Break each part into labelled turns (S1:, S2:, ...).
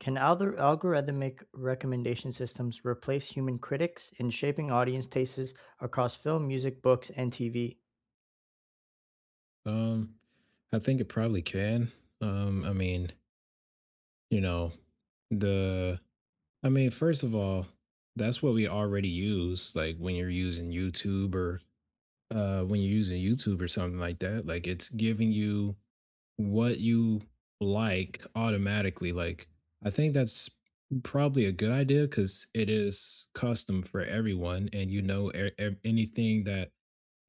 S1: Can algorithmic recommendation systems replace human critics in shaping audience tastes across film, music, books, and TV?
S2: Um, I think it probably can. I mean, you know, the I mean, first of all, that's what we already use. Like when you're using YouTube or when you're using YouTube or something like that, like it's giving you what you like automatically. Like I think that's probably a good idea because it is custom for everyone, and anything that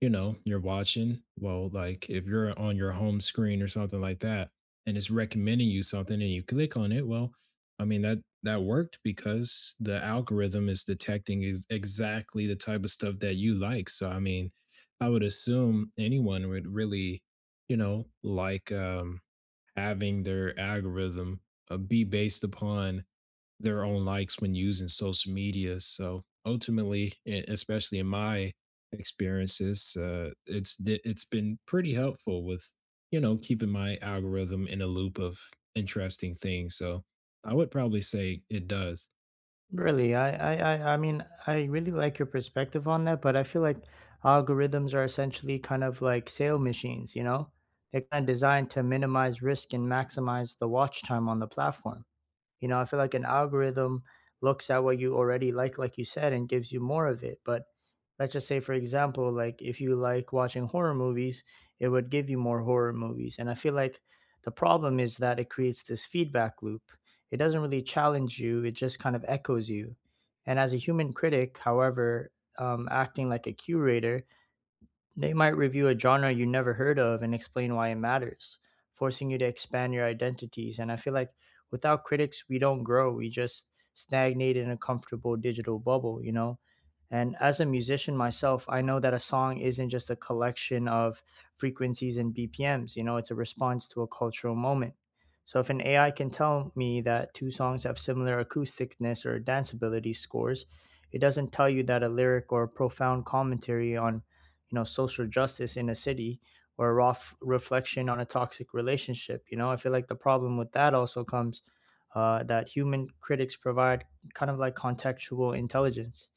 S2: you're watching, well, like if you're on your home screen or something like that, and it's recommending you something and you click on it. Well, I mean that worked because the algorithm is detecting exactly the type of stuff that you like. So I mean, I would assume anyone would really, you know, like um having their algorithm be based upon their own likes when using social media. So ultimately, especially in my experiences, it's been pretty helpful with keeping my algorithm in a loop of interesting things. So I would probably say it does.
S1: Really, I mean, I really like your perspective on that, but I feel like algorithms are essentially kind of like sale machines, you know? They're kind of designed to minimize risk and maximize the watch time on the platform. You know, I feel like an algorithm looks at what you already like you said, and gives you more of it. But let's just say, for example, like if you like watching horror movies, it would give you more horror movies. And I feel like the problem is that it creates this feedback loop. It doesn't really challenge you, it just kind of echoes you. And as a human critic, however, acting like a curator, they might review a genre you never heard of and explain why it matters, forcing you to expand your identities. And I feel like without critics, we don't grow. We just stagnate in a comfortable digital bubble, you know? And as a musician myself, I know that a song isn't just a collection of frequencies and BPMs, you know, it's a response to a cultural moment. So if an AI can tell me that two songs have similar acousticness or danceability scores, it doesn't tell you that a lyric or a profound commentary on you know social justice in a city or a rough reflection on a toxic relationship. You know I feel like the problem with that also comes, that human critics provide kind of like contextual intelligence.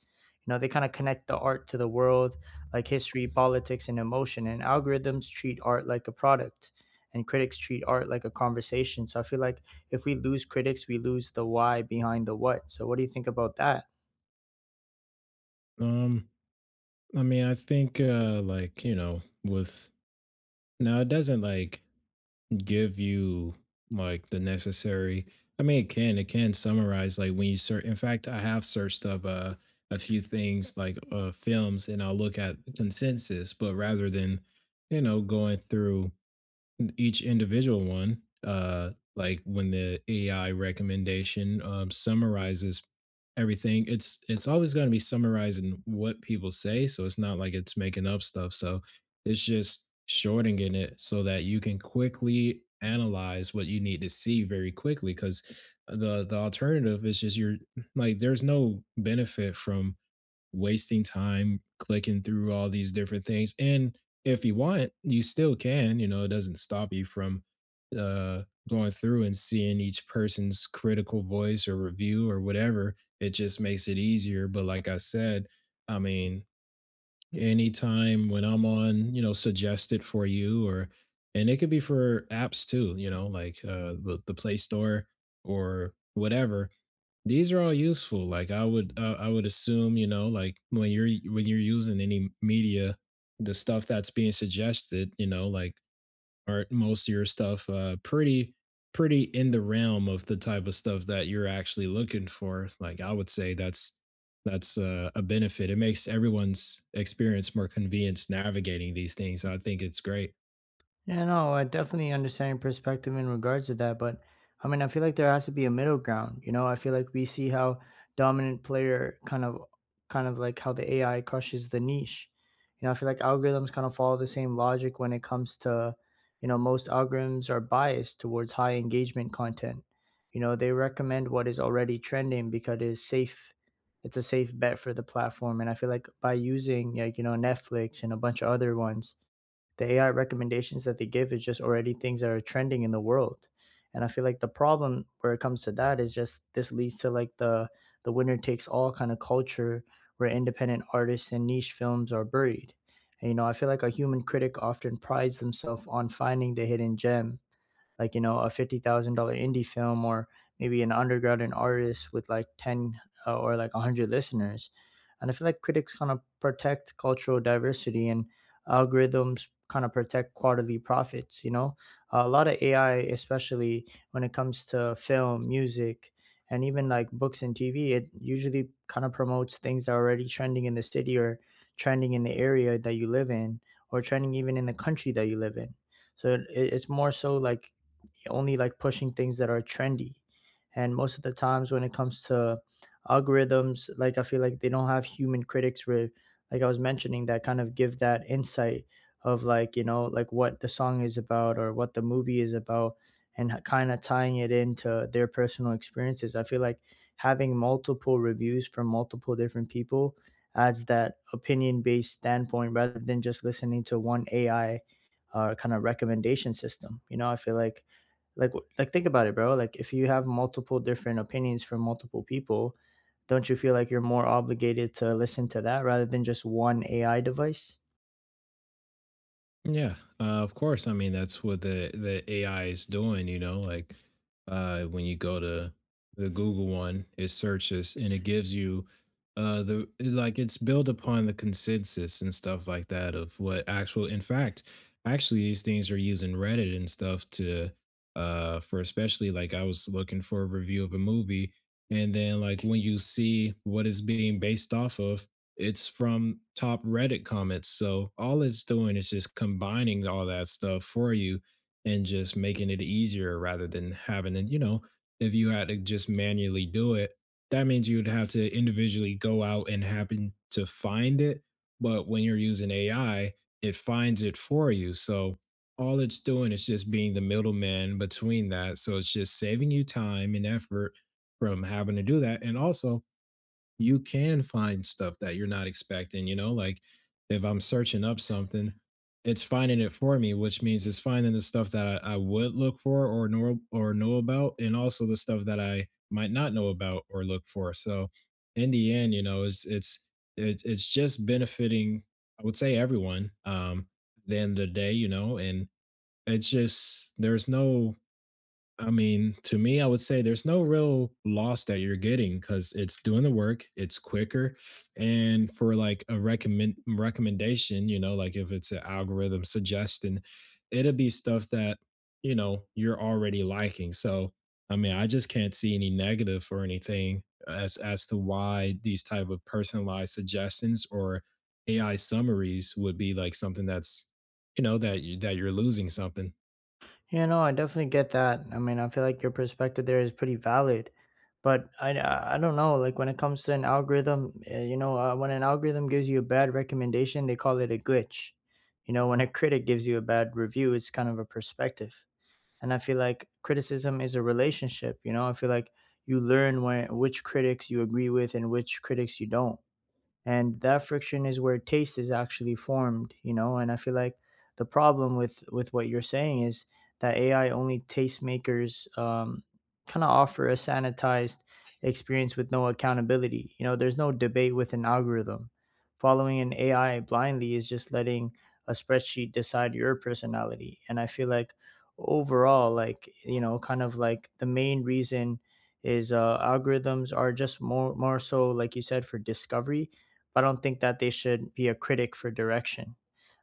S1: You know, they kind of connect the art to the world, like history, politics, and emotion. And algorithms treat art like a product and critics treat art like a conversation. So I feel like if we lose critics, we lose the why behind the what. So what do you think about that?
S2: Um, I mean, I think like with now it doesn't like give you like the necessary. I mean it can summarize, like when you search. In fact, I have searched up a few things like films and I'll look at consensus, but rather than going through each individual one, like when the AI recommendation summarizes everything, it's always going to be summarizing what people say, so it's not like it's making up stuff. So it's just shortening it so that you can quickly analyze what you need to see very quickly, because the alternative is just you're like there's no benefit from wasting time clicking through all these different things. And if you want, you still can. You know, it doesn't stop you from uh going through and seeing each person's critical voice or review or whatever. It just makes it easier. But like I said, I mean, anytime when I'm on, you know, suggested for you, or and it could be for apps too, you know, like the Play Store or whatever, these are all useful. Like I would assume, you know, like when you're using any media, the stuff that's being suggested, you know, like are most of your stuff pretty in the realm of the type of stuff that you're actually looking for. Like I would say that's a benefit. It makes everyone's experience more convenient navigating these things. I think it's great.
S1: Yeah, no, I definitely understand your perspective in regards to that, but I mean, I feel like there has to be a middle ground. You know, I feel like we see how dominant player kind of like how the AI crushes the niche. You know, I feel like algorithms kind of follow the same logic when it comes to, you know, most algorithms are biased towards high engagement content. You know, they recommend what is already trending because it is safe. It's a safe bet for the platform, and I feel like by using like you know Netflix and a bunch of other ones, the AI recommendations that they give is just already things that are trending in the world. And I feel like the problem where it comes to that is just this leads to like the winner takes all kind of culture where independent artists and niche films are buried. And you know, I feel like a human critic often prides themselves on finding the hidden gem, like you know, a $50,000 indie film, or maybe an underground artist with like ten, or like a hundred listeners. And I feel like critics kind of protect cultural diversity and algorithms kind of protect quarterly profits. You know, a lot of AI, especially when it comes to film, music, and even like books and TV, it usually kind of promotes things that are already trending in the city or trending in the area that you live in or trending even in the country that you live in. So it's more so like only like pushing things that are trendy. And most of the times when it comes to algorithms, like I feel like they don't have human critics where, like I was mentioning, that kind of give that insight of like, you know, like what the song is about or what the movie is about and kind of tying it into their personal experiences. I feel like having multiple reviews from multiple different people adds that opinion based standpoint rather than just listening to one AI, kind of recommendation system. You know, I feel like like, think about it, bro. Like if you have multiple different opinions from multiple people, don't you feel like you're more obligated to listen to that rather than just one AI device?
S2: Yeah, of course. I mean, that's what the AI is doing. You know, like when you go to the Google one, it searches and it gives you the, like, it's built upon the consensus and stuff like that of what actual. In fact, actually, these things are using Reddit and stuff to for, especially like I was looking for a review of a movie, and then like when you see what it's being based off of, it's from top Reddit comments, so all it's doing is just combining all that stuff for you and just making it easier rather than having it, you know, if you had to just manually do it, that means you'd have to individually go out and happen to find it. But when you're using AI, it finds it for you. So all it's doing is just being the middleman between that. So it's just saving you time and effort from having to do that. And also, you can find stuff that you're not expecting, you know, like if I'm searching up something, it's finding it for me, which means it's finding the stuff that I would look for or know about, and also the stuff that I might not know about or look for. So in the end, you know, it's just benefiting, I would say, everyone, at the end of the day, you know. And it's just there's no, I mean, to me, I would say there's no real loss that you're getting because it's doing the work, it's quicker. And for like a recommendation, you know, like if it's an algorithm suggesting, it'll be stuff that, you know, you're already liking. So I mean, I just can't see any negative or anything as to why these type of personalized suggestions or AI summaries would be like something that's, you know, that you're losing something.
S1: You know, I definitely get that. I mean, I feel like your perspective there is pretty valid, but I don't know. Like when it comes to an algorithm, you know, when an algorithm gives you a bad recommendation, they call it a glitch. You know, when a critic gives you a bad review, it's kind of a perspective. And I feel like criticism is a relationship. You know, I feel like you learn where which critics you agree with and which critics you don't, and that friction is where taste is actually formed. You know, and I feel like the problem with what you're saying is that AI only tastemakers, kind of offer a sanitized experience with no accountability. You know, there's no debate with an algorithm. Following an AI blindly is just letting a spreadsheet decide your personality. And I feel like overall, like you know, kind of like the main reason is, algorithms are just more, so like you said, for discovery, but I don't think that they should be a critic for direction.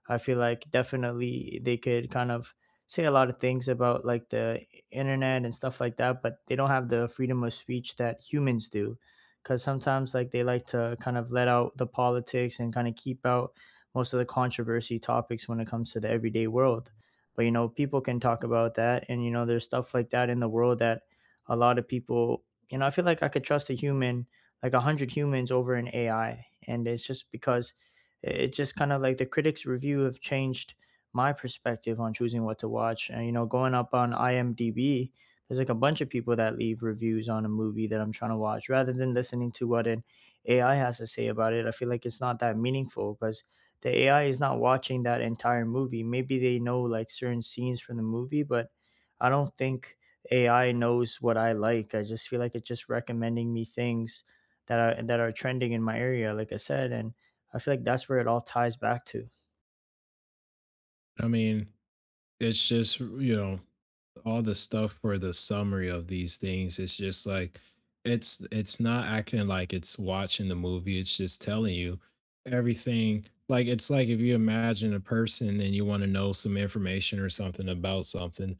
S1: I feel like definitely they could kind of say a lot of things about like the internet and stuff like that, but they don't have the freedom of speech that humans do. Because sometimes like they like to kind of let out the politics and kind of keep out most of the controversy topics when it comes to the everyday world. But you know, people can talk about that, and you know, there's stuff like that in the world that a lot of people, you know, I feel like I could trust a human, like a hundred humans over an AI, and it's just because it just kind of like the critics review have changed my perspective on choosing what to watch. And you know, going up on IMDb, there's like a bunch of people that leave reviews on a movie that I'm trying to watch rather than listening to what an AI has to say about it. I feel like it's not that meaningful because the AI is not watching that entire movie. Maybe they know like certain scenes from the movie, but I don't think AI knows what I like. I just feel like it's just recommending me things that are trending in my area, like I said. And I feel like that's where it all ties back to.
S2: I mean, it's just, you know, all the stuff for the summary of these things, it's just like it's not acting like it's watching the movie, it's just telling you everything. Like it's like if you imagine a person and you want to know some information or something about something,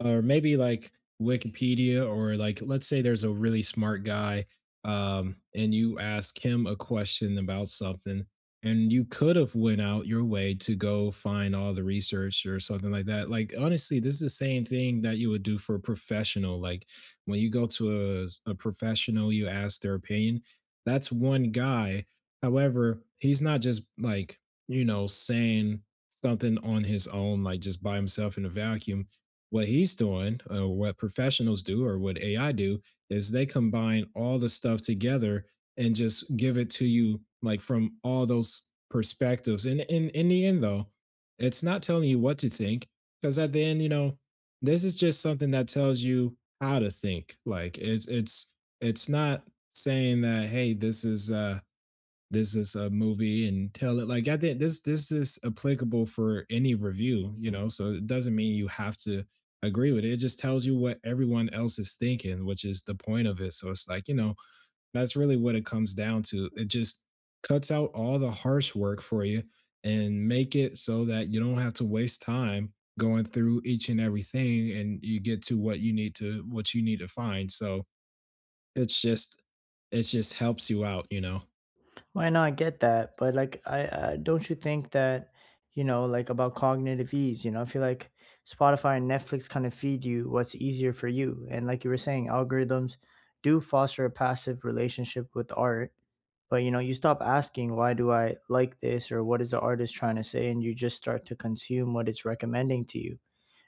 S2: or maybe like Wikipedia, or like let's say there's a really smart guy, and you ask him a question about something, and you could have went out your way to go find all the research or something like that. Like, honestly, this is the same thing that you would do for a professional. Like when you go to a professional, you ask their opinion, that's one guy. However, he's not just like, you know, saying something on his own, like just by himself in a vacuum. What he's doing or what professionals do or what AI do is they combine all the stuff together and just give it to you like from all those perspectives. And in the end though, it's not telling you what to think, because at the end, you know, this is just something that tells you how to think. Like it's not saying that, hey, this is a movie and tell it like I think this is applicable for any review, you know. So it doesn't mean you have to agree with it. It just tells you what everyone else is thinking, which is the point of it. So it's like, you know, that's really what it comes down to. It just cuts out all the harsh work for you and make it so that you don't have to waste time going through each and everything, and you get to what you need to find. So it's just it just helps you out, you know.
S1: Why not get that? But like, I don't you think that you know, like about cognitive ease. You know, I feel like Spotify and Netflix kind of feed you what's easier for you, and like you were saying, algorithms do foster a passive relationship with art. But you know, you stop asking why do I like this or what is the artist trying to say, and you just start to consume what it's recommending to you.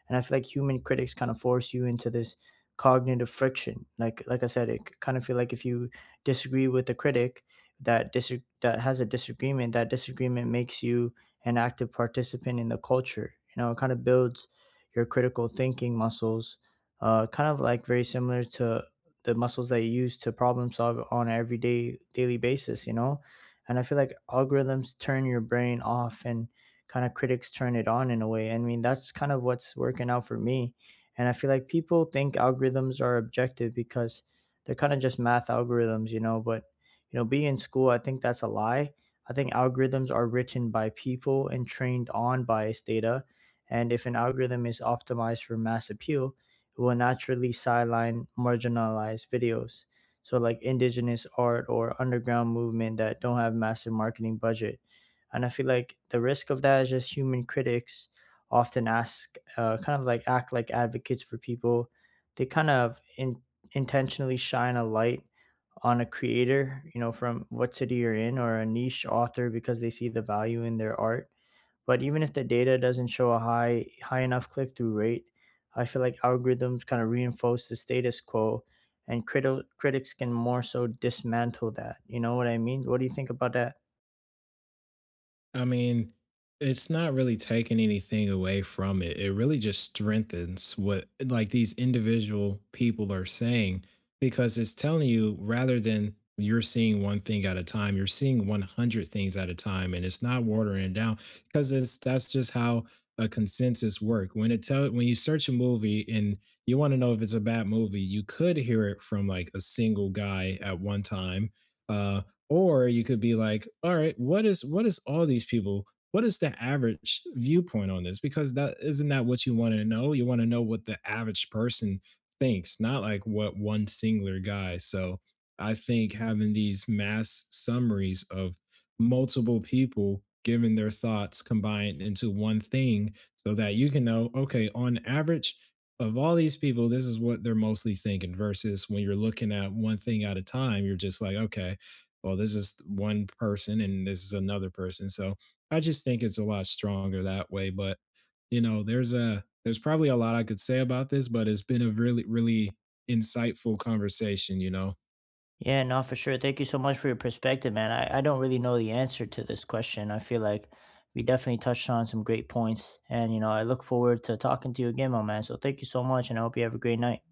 S1: And I feel like human critics kind of force you into this cognitive friction, like I said, it kind of feel like if you disagree with a critic, that dis- that has a disagreement, that disagreement makes you an active participant in the culture. You know, it kind of builds your critical thinking muscles, kind of like very similar to the muscles that you use to problem solve on an everyday daily basis. You know, and I feel like algorithms turn your brain off and kind of critics turn it on, in a way. I mean, that's kind of what's working out for me. And I feel like people think algorithms are objective because they're kind of just math algorithms, you know. But, you know, being in school, I think that's a lie. I think algorithms are written by people and trained on biased data. And if an algorithm is optimized for mass appeal, it will naturally sideline marginalized videos. So, like indigenous art or underground movement that don't have massive marketing budget. And I feel like the risk of that is just human critics often ask, kind of like act like advocates for people. They kind of intentionally shine a light on a creator, you know, from what city you're in or a niche author because they see the value in their art. But even if the data doesn't show a high enough click through rate, I feel like algorithms kind of reinforce the status quo and critics can more so dismantle that. You know what I mean? What do you think about that?
S2: I mean, it's not really taking anything away from it. It really just strengthens what like these individual people are saying, because it's telling you rather than you're seeing one thing at a time, you're seeing 100 things at a time, and it's not watering it down because it's that's just how a consensus work. When it tell when you search a movie and you want to know if it's a bad movie, you could hear it from like a single guy at one time. Uh or you could be like, all right, what is all these people? What is the average viewpoint on this? Because that isn't that what you want to know? You want to know what the average person thinks, not like what one singular guy. So I think having these mass summaries of multiple people giving their thoughts combined into one thing so that you can know, okay, on average, of all these people, this is what they're mostly thinking, versus when you're looking at one thing at a time, you're just like, okay, well, this is one person and this is another person. So I just think it's a lot stronger that way. But you know, there's probably a lot I could say about this, but it's been a really, really insightful conversation, you know.
S1: Yeah, no, for sure. Thank you so much for your perspective, man. I don't really know the answer to this question. I feel like we definitely touched on some great points. And, you know, I look forward to talking to you again, my man. So thank you so much, and I hope you have a great night.